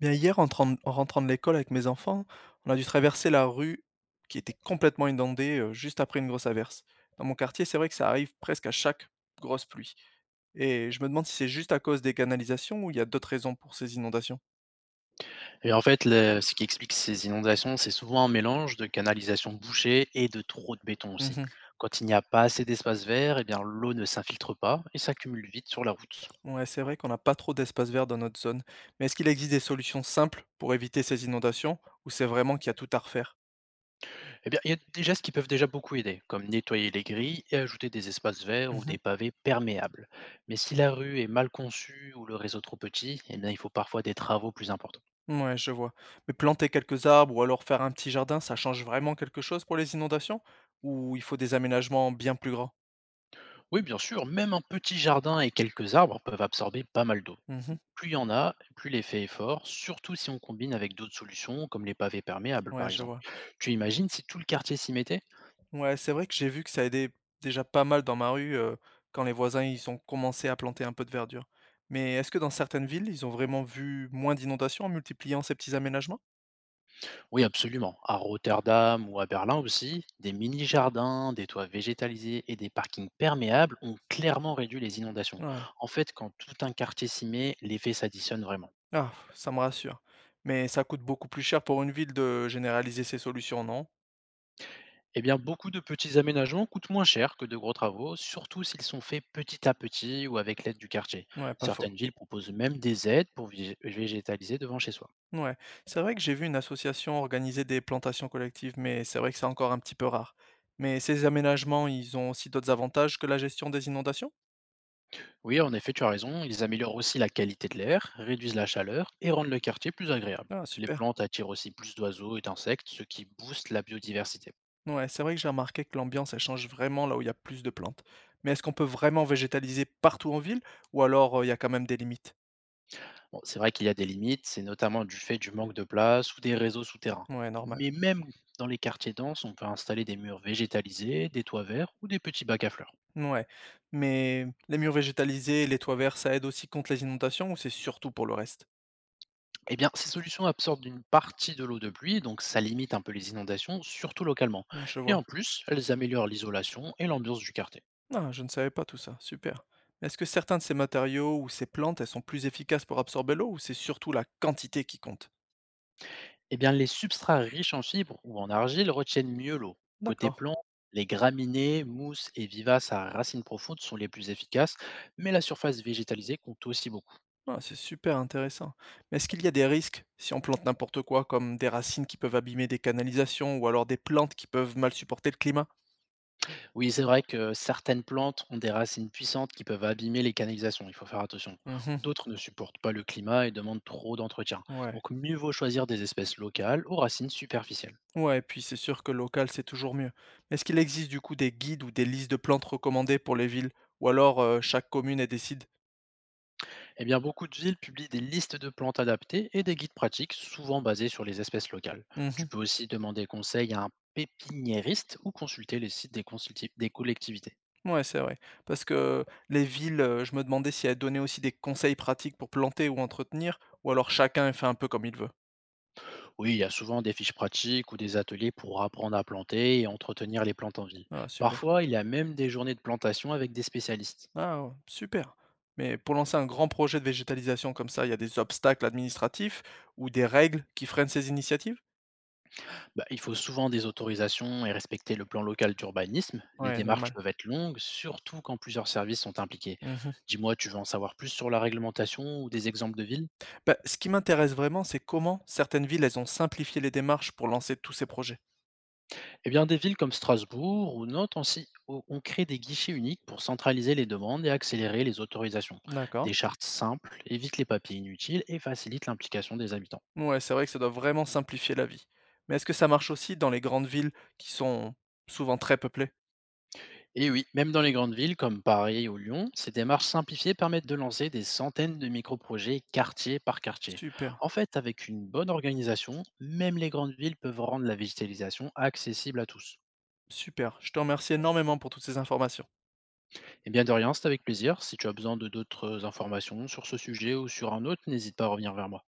Bien, hier, en rentrant de l'école avec mes enfants, on a dû traverser la rue qui était complètement inondée juste après une grosse averse. Dans mon quartier, c'est vrai que ça arrive presque à chaque grosse pluie. Et je me demande si c'est juste à cause des canalisations ou il y a d'autres raisons pour ces inondations. Et en fait, le ce qui explique ces inondations, c'est souvent un mélange de canalisation bouchée et de trop de béton aussi. Mhm. Quand il n'y a pas assez d'espace vert, eh bien l'eau ne s'infiltre pas et s'accumule vite sur la route. Ouais, c'est vrai qu'on n'a pas trop d'espace vert dans notre zone. Mais est-ce qu'il existe des solutions simples pour éviter ces inondations ou c'est vraiment qu'il y a tout à refaire? Eh bien, il y a des gestes qui peuvent déjà beaucoup aider, comme nettoyer les grilles et ajouter des espaces verts ou des pavés perméables. Mais si la rue est mal conçue ou le réseau trop petit, eh bien, il faut parfois des travaux plus importants. Ouais, je vois. Mais planter quelques arbres ou alors faire un petit jardin, ça change vraiment quelque chose pour les inondations? Ou il faut des aménagements bien plus grands? Oui, bien sûr, même un petit jardin et quelques arbres peuvent absorber pas mal d'eau. Mmh. Plus il y en a, plus l'effet est fort, surtout si on combine avec d'autres solutions comme les pavés perméables Ouais, par je exemple. vois. Tu imagines si tout le quartier s'y mettait. Ouais, c'est vrai que j'ai vu que ça aidait déjà pas mal dans ma rue, quand les voisins, ils ont commencé à planter un peu de verdure. Mais est-ce que dans certaines villes, ils ont vraiment vu moins d'inondations en multipliant ces petits aménagements? Oui absolument. À Rotterdam ou à Berlin aussi, des mini-jardins, des toits végétalisés et des parkings perméables ont clairement réduit les inondations. Ah. En fait, quand tout un quartier s'y met, l'effet s'additionne vraiment. Ah, ça me rassure. Mais ça coûte beaucoup plus cher pour une ville de généraliser ces solutions, non? Eh bien, beaucoup de petits aménagements coûtent moins cher que de gros travaux, surtout s'ils sont faits petit à petit ou avec l'aide du quartier. Ouais, pas faux. Certaines villes proposent même des aides pour végétaliser devant chez soi. Ouais, c'est vrai que j'ai vu une association organiser des plantations collectives, mais c'est vrai que c'est encore un petit peu rare. Mais ces aménagements, ils ont aussi d'autres avantages que la gestion des inondations? Oui, en effet, tu as raison. Ils améliorent aussi la qualité de l'air, réduisent la chaleur et rendent le quartier plus agréable. Ah, Les super. plantes attirent aussi plus d'oiseaux et d'insectes, ce qui booste la biodiversité. Ouais, c'est vrai que j'ai remarqué que l'ambiance, elle change vraiment là où il y a plus de plantes. Mais est-ce qu'on peut vraiment végétaliser partout en ville, ou alors il y a quand même des limites? Bon, c'est vrai qu'il y a des limites, c'est notamment du fait du manque de place ou des réseaux souterrains. Ouais, normal. Mais même dans les quartiers denses, on peut installer des murs végétalisés, des toits verts ou des petits bacs à fleurs. Ouais. Mais les murs végétalisés et les toits verts, ça aide aussi contre les inondations, ou c'est surtout pour le reste? Eh bien, ces solutions absorbent une partie de l'eau de pluie, donc ça limite un peu les inondations, surtout localement. Je Et vois. en plus, elles améliorent l'isolation et l'ambiance du quartier. Ah, je ne savais pas tout ça, super. Mais est-ce que certains de ces matériaux ou ces plantes, elles sont plus efficaces pour absorber l'eau ou c'est surtout la quantité qui compte? Eh bien, les substrats riches en fibres ou en argile retiennent mieux l'eau. Côté D'accord. plante, les graminées, mousses et vivaces à racines profondes sont les plus efficaces, mais la surface végétalisée compte aussi beaucoup. Ah, c'est super intéressant. Mais est-ce qu'il y a des risques si on plante n'importe quoi, comme des racines qui peuvent abîmer des canalisations ou alors des plantes qui peuvent mal supporter le climat? Oui, c'est vrai que certaines plantes ont des racines puissantes qui peuvent abîmer les canalisations, il faut faire attention. Mhm, D'autres ne supportent pas le climat et demandent trop d'entretien. ouais. Donc, mieux vaut choisir des espèces locales aux racines superficielles. Ouais, et puis c'est sûr que local, c'est toujours mieux. Mais est-ce qu'il existe du coup des guides ou des listes de plantes recommandées pour les villes? Ou alors chaque commune, elle décide? Eh bien, beaucoup de villes publient des listes de plantes adaptées et des guides pratiques, souvent basés sur les espèces locales. Tu peux aussi demander conseil à un pépiniériste ou consulter les sites des, consulti- des collectivités. Ouais, c'est vrai. Parce que les villes, je me demandais si elles donnaient aussi des conseils pratiques pour planter ou entretenir, ou alors chacun fait un peu comme il veut? Oui, il y a souvent des fiches pratiques ou des ateliers pour apprendre à planter et entretenir les plantes en ville. Ah super. Parfois, il y a même des journées de plantation avec des spécialistes. Ah ouais, super. Mais pour lancer un grand projet de végétalisation comme ça, il y a des obstacles administratifs ou des règles qui freinent ces initiatives? Bah, il faut souvent des autorisations et respecter le plan local d'urbanisme. Les Ouais, démarches normal. peuvent être longues, surtout quand plusieurs services sont impliqués. Mmh. Dis-moi, tu veux en savoir plus sur la réglementation ou des exemples de villes. Bah, ce qui m'intéresse vraiment, c'est comment certaines villes, elles ont simplifié les démarches pour lancer tous ces projets. Eh bien, des villes comme Strasbourg ou Nantes ont, si- ont- ont créé des guichets uniques pour centraliser les demandes et accélérer les autorisations. D'accord. Des chartes simples évitent les papiers inutiles et facilitent l'implication des habitants. Ouais, c'est vrai que ça doit vraiment simplifier la vie. Mais est-ce que ça marche aussi dans les grandes villes qui sont souvent très peuplées? Et oui, même dans les grandes villes comme Paris ou Lyon, ces démarches simplifiées permettent de lancer des centaines de micro-projets quartier par quartier. Super, En fait, avec une bonne organisation, même les grandes villes peuvent rendre la végétalisation accessible à tous. super. Je te remercie énormément pour toutes ces informations. Eh bien, de rien, c'est avec plaisir. Si tu as besoin de d'autres informations sur ce sujet ou sur un autre, n'hésite pas à revenir vers moi.